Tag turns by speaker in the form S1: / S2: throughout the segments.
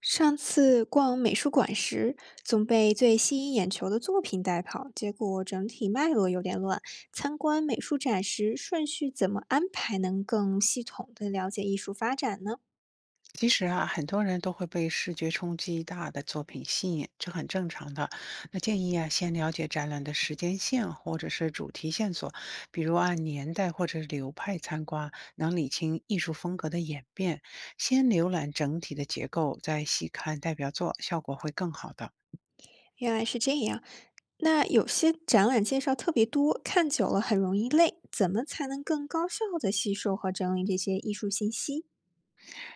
S1: 上次逛美术馆时，总被最吸引眼球的作品带跑，结果整体脉络有点乱。参观美术展时，顺序怎么安排能更系统地了解艺术发展呢？
S2: 其实啊，很多人都会被视觉冲击大的作品吸引，这很正常的。那建议啊，先了解展览的时间线或者是主题线索，比如按年代或者流派参观，能理清艺术风格的演变。先浏览整体的结构，再细看代表作，效果会更好的。
S1: 原来是这样。那有些展览介绍特别多，看久了很容易累，怎么才能更高效地吸收和整理这些艺术信息？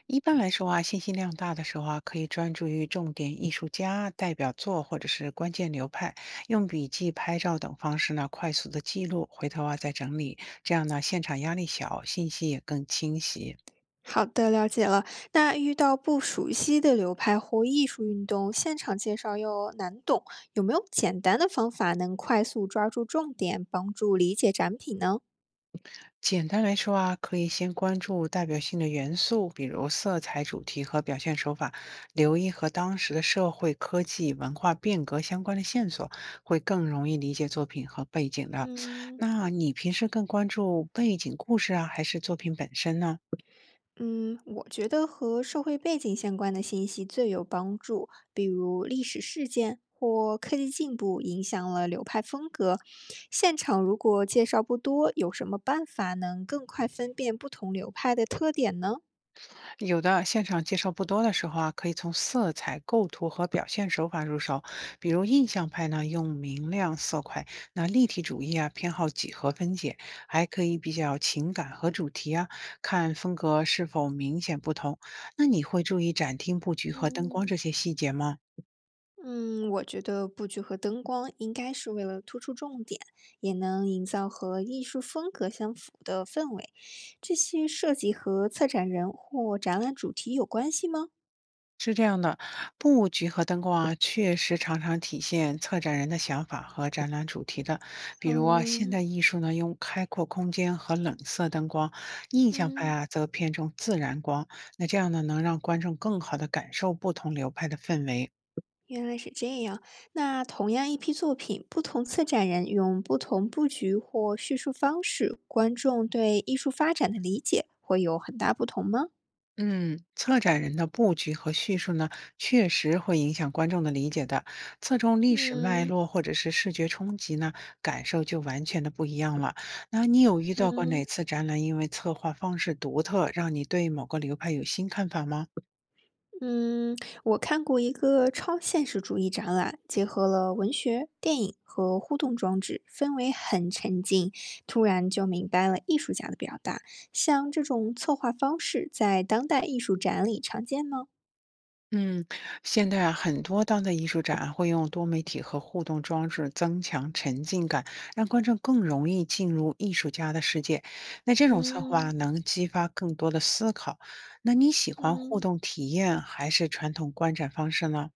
S2: 一般来说啊，信息量大的时候啊，可以专注于重点艺术家、代表作或者是关键流派，用笔记、拍照等方式呢，快速的记录，回头啊再整理，这样呢，现场压力小，信息也更清晰。
S1: 好的，了解了。那遇到不熟悉的流派或艺术运动，现场介绍又难懂，有没有简单的方法能快速抓住重点，帮助理解展品呢？
S2: 简单来说啊，可以先关注代表性的元素，比如色彩、主题和表现手法，留意和当时的社会、科技、文化变革相关的线索，会更容易理解作品和背景的。
S1: 嗯
S2: 那你平时更关注背景故事啊，还是作品本身呢？
S1: 嗯，我觉得和社会背景相关的信息最有帮助，比如历史事件或科技进步影响了流派风格。现场如果介绍不多，有什么办法能更快分辨不同流派的特点呢？
S2: 有的现场介绍不多的时候啊，可以从色彩、构图和表现手法入手。比如印象派呢，用明亮色块；那立体主义啊，偏好几何分解，还可以比较情感和主题啊，看风格是否明显不同。那你会注意展厅布局和灯光
S1: 嗯。
S2: 这些细节吗？
S1: 嗯，我觉得布局和灯光应该是为了突出重点，也能营造和艺术风格相符的氛围。这些设计和策展人或展览主题有关系吗？
S2: 是这样的，布局和灯光啊，确实常常体现策展人的想法和展览主题的。比如啊，现
S1: 嗯
S2: 代艺术呢，用开阔空间和冷色灯光；印象派
S1: 嗯，
S2: 啊，则偏重自然光。那这样呢，能让观众更好的感受不同流派的氛围。
S1: 原来是这样。那同样一批作品，不同策展人用不同布局或叙述方式，观众对艺术发展的理解会有很大不同吗？
S2: 嗯，策展人的布局和叙述呢，确实会影响观众的理解的。侧重历史脉
S1: 嗯
S2: 络或者是视觉冲击呢，感受就完全的不一样了。那你有遇到过哪
S1: 嗯。
S2: 次展览因为策划方式独特，让你对某个流派有新看法吗？
S1: 嗯，我看过一个超现实主义展览，结合了文学、电影和互动装置，氛围很沉浸。突然就明白了艺术家的表达。像这种策划方式，在当代艺术展里常见吗？
S2: 嗯，现在啊，很多当代艺术展啊会用多媒体和互动装置增强沉浸感，让观众更容易进入艺术家的世界。那这种策划啊
S1: 嗯
S2: 能激发更多的思考。那你喜欢互
S1: 嗯，
S2: 动体验还是传统观展方式呢？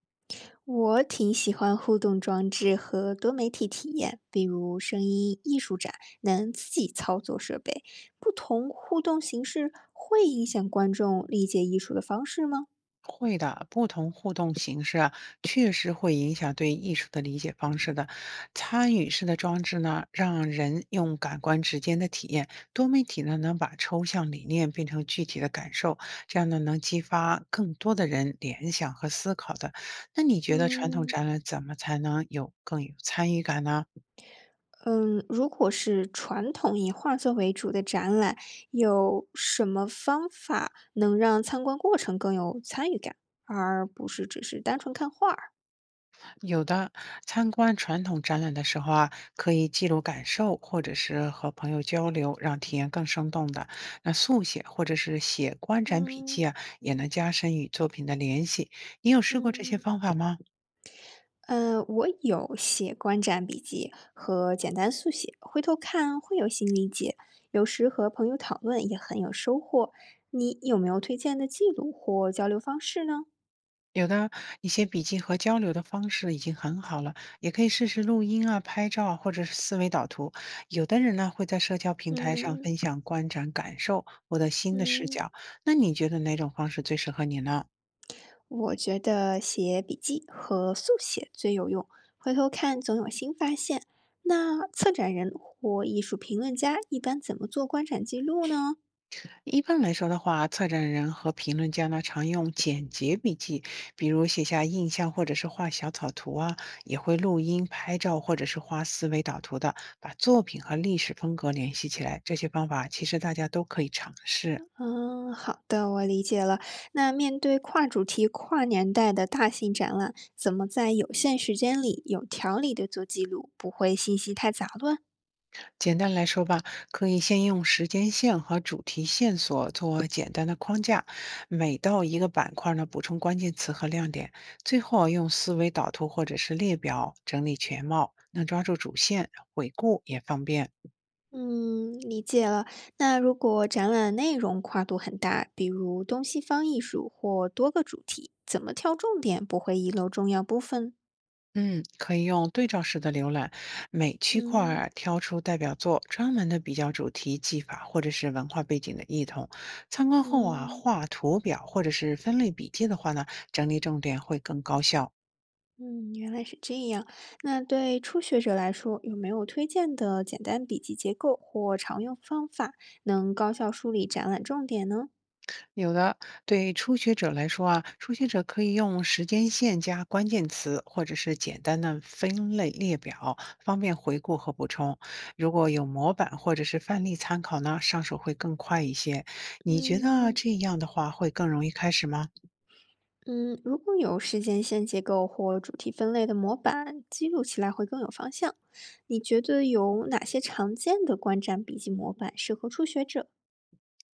S1: 我挺喜欢互动装置和多媒体体验，比如声音艺术展，能自己操作设备。不同互动形式会影响观众理解艺术的方式吗？
S2: 会的，不同互动形式啊，确实会影响对艺术的理解方式的。参与式的装置呢，让人用感官直接的体验；多媒体呢，能把抽象理念变成具体的感受，这样呢，能激发更多的人联想和思考的。那你觉得传统
S1: 嗯。
S2: 展览怎么才能有更有参与感呢？
S1: 嗯，如果是传统以画作为主的展览，有什么方法能让参观过程更有参与感，而不是只是单纯看画儿？
S2: 有的，参观传统展览的时候啊，可以记录感受，或者是和朋友交流，让体验更生动的。那速写或者是写观展笔
S1: 嗯
S2: 记啊，也能加深与作品的联系。你有试过这些
S1: 嗯。
S2: 方法吗？
S1: 我有写观展笔记和简单速写，回头看会有新理解，有时和朋友讨论也很有收获。你有没有推荐的记录或交流方式呢？
S2: 有的，你写笔记和交流的方式已经很好了，也可以试试录音啊、拍照啊，或者是思维导图。有的人呢会在社交平台上
S1: 嗯
S2: 分享观展感受，获得新的视
S1: 嗯。
S2: 角。那你觉得哪种方式最适合你呢？
S1: 我觉得写笔记和速写最有用，回头看总有新发现。那策展人或艺术评论家一般怎么做观展记录呢？
S2: 一般来说的话，策展人和评论家呢常用简洁笔记，比如写下印象或者是画小草图啊，也会录音、拍照或者是画思维导图的，把作品和历史风格联系起来。这些方法其实大家都可以尝试。
S1: 嗯，好的，我理解了。那面对跨主题、跨年代的大型展览，怎么在有限时间里有条理的做记录，不会信息太杂乱？
S2: 简单来说吧，可以先用时间线和主题线索做简单的框架，每到一个板块呢，补充关键词和亮点，最后用思维导图或者是列表整理全貌，能抓住主线，回顾也方便。
S1: 嗯，理解了。那如果展览内容跨度很大，比如东西方艺术或多个主题，怎么挑重点不会遗漏重要部分？
S2: 嗯，可以用对照式的浏览，每区块
S1: 嗯
S2: 儿挑出代表作，专门的比较主题、技法或者是文化背景的异同。参观后啊，
S1: 嗯
S2: 画图表或者是分类笔记的话呢，整理重点会更高效。
S1: 嗯，原来是这样。那对初学者来说，有没有推荐的简单笔记结构或常用方法，能高效梳理展览重点呢？
S2: 有的，对初学者来说啊，初学者可以用时间线加关键词，或者是简单的分类列表，方便回顾和补充。如果有模板或者是范例参考呢，上手会更快一些。你觉得
S1: 嗯
S2: 这样的话会更容易开始吗？
S1: 嗯，如果有时间线结构或主题分类的模板，记录起来会更有方向。你觉得有哪些常见的观展笔记模板适合初学者？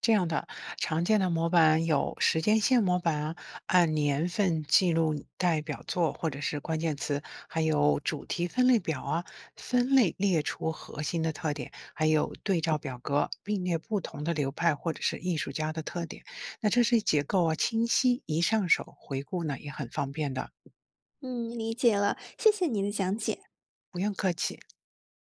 S2: 这样的常见的模板有时间线模板啊，按年份记录代表作或者是关键词，还有主题分类表啊，分类列出核心的特点，还有对照表格，并列不同的流派或者是艺术家的特点。那这些结构啊，清晰一上手，回顾呢也很方便的，
S1: 嗯，理解了，谢谢你的讲解。
S2: 不用客气。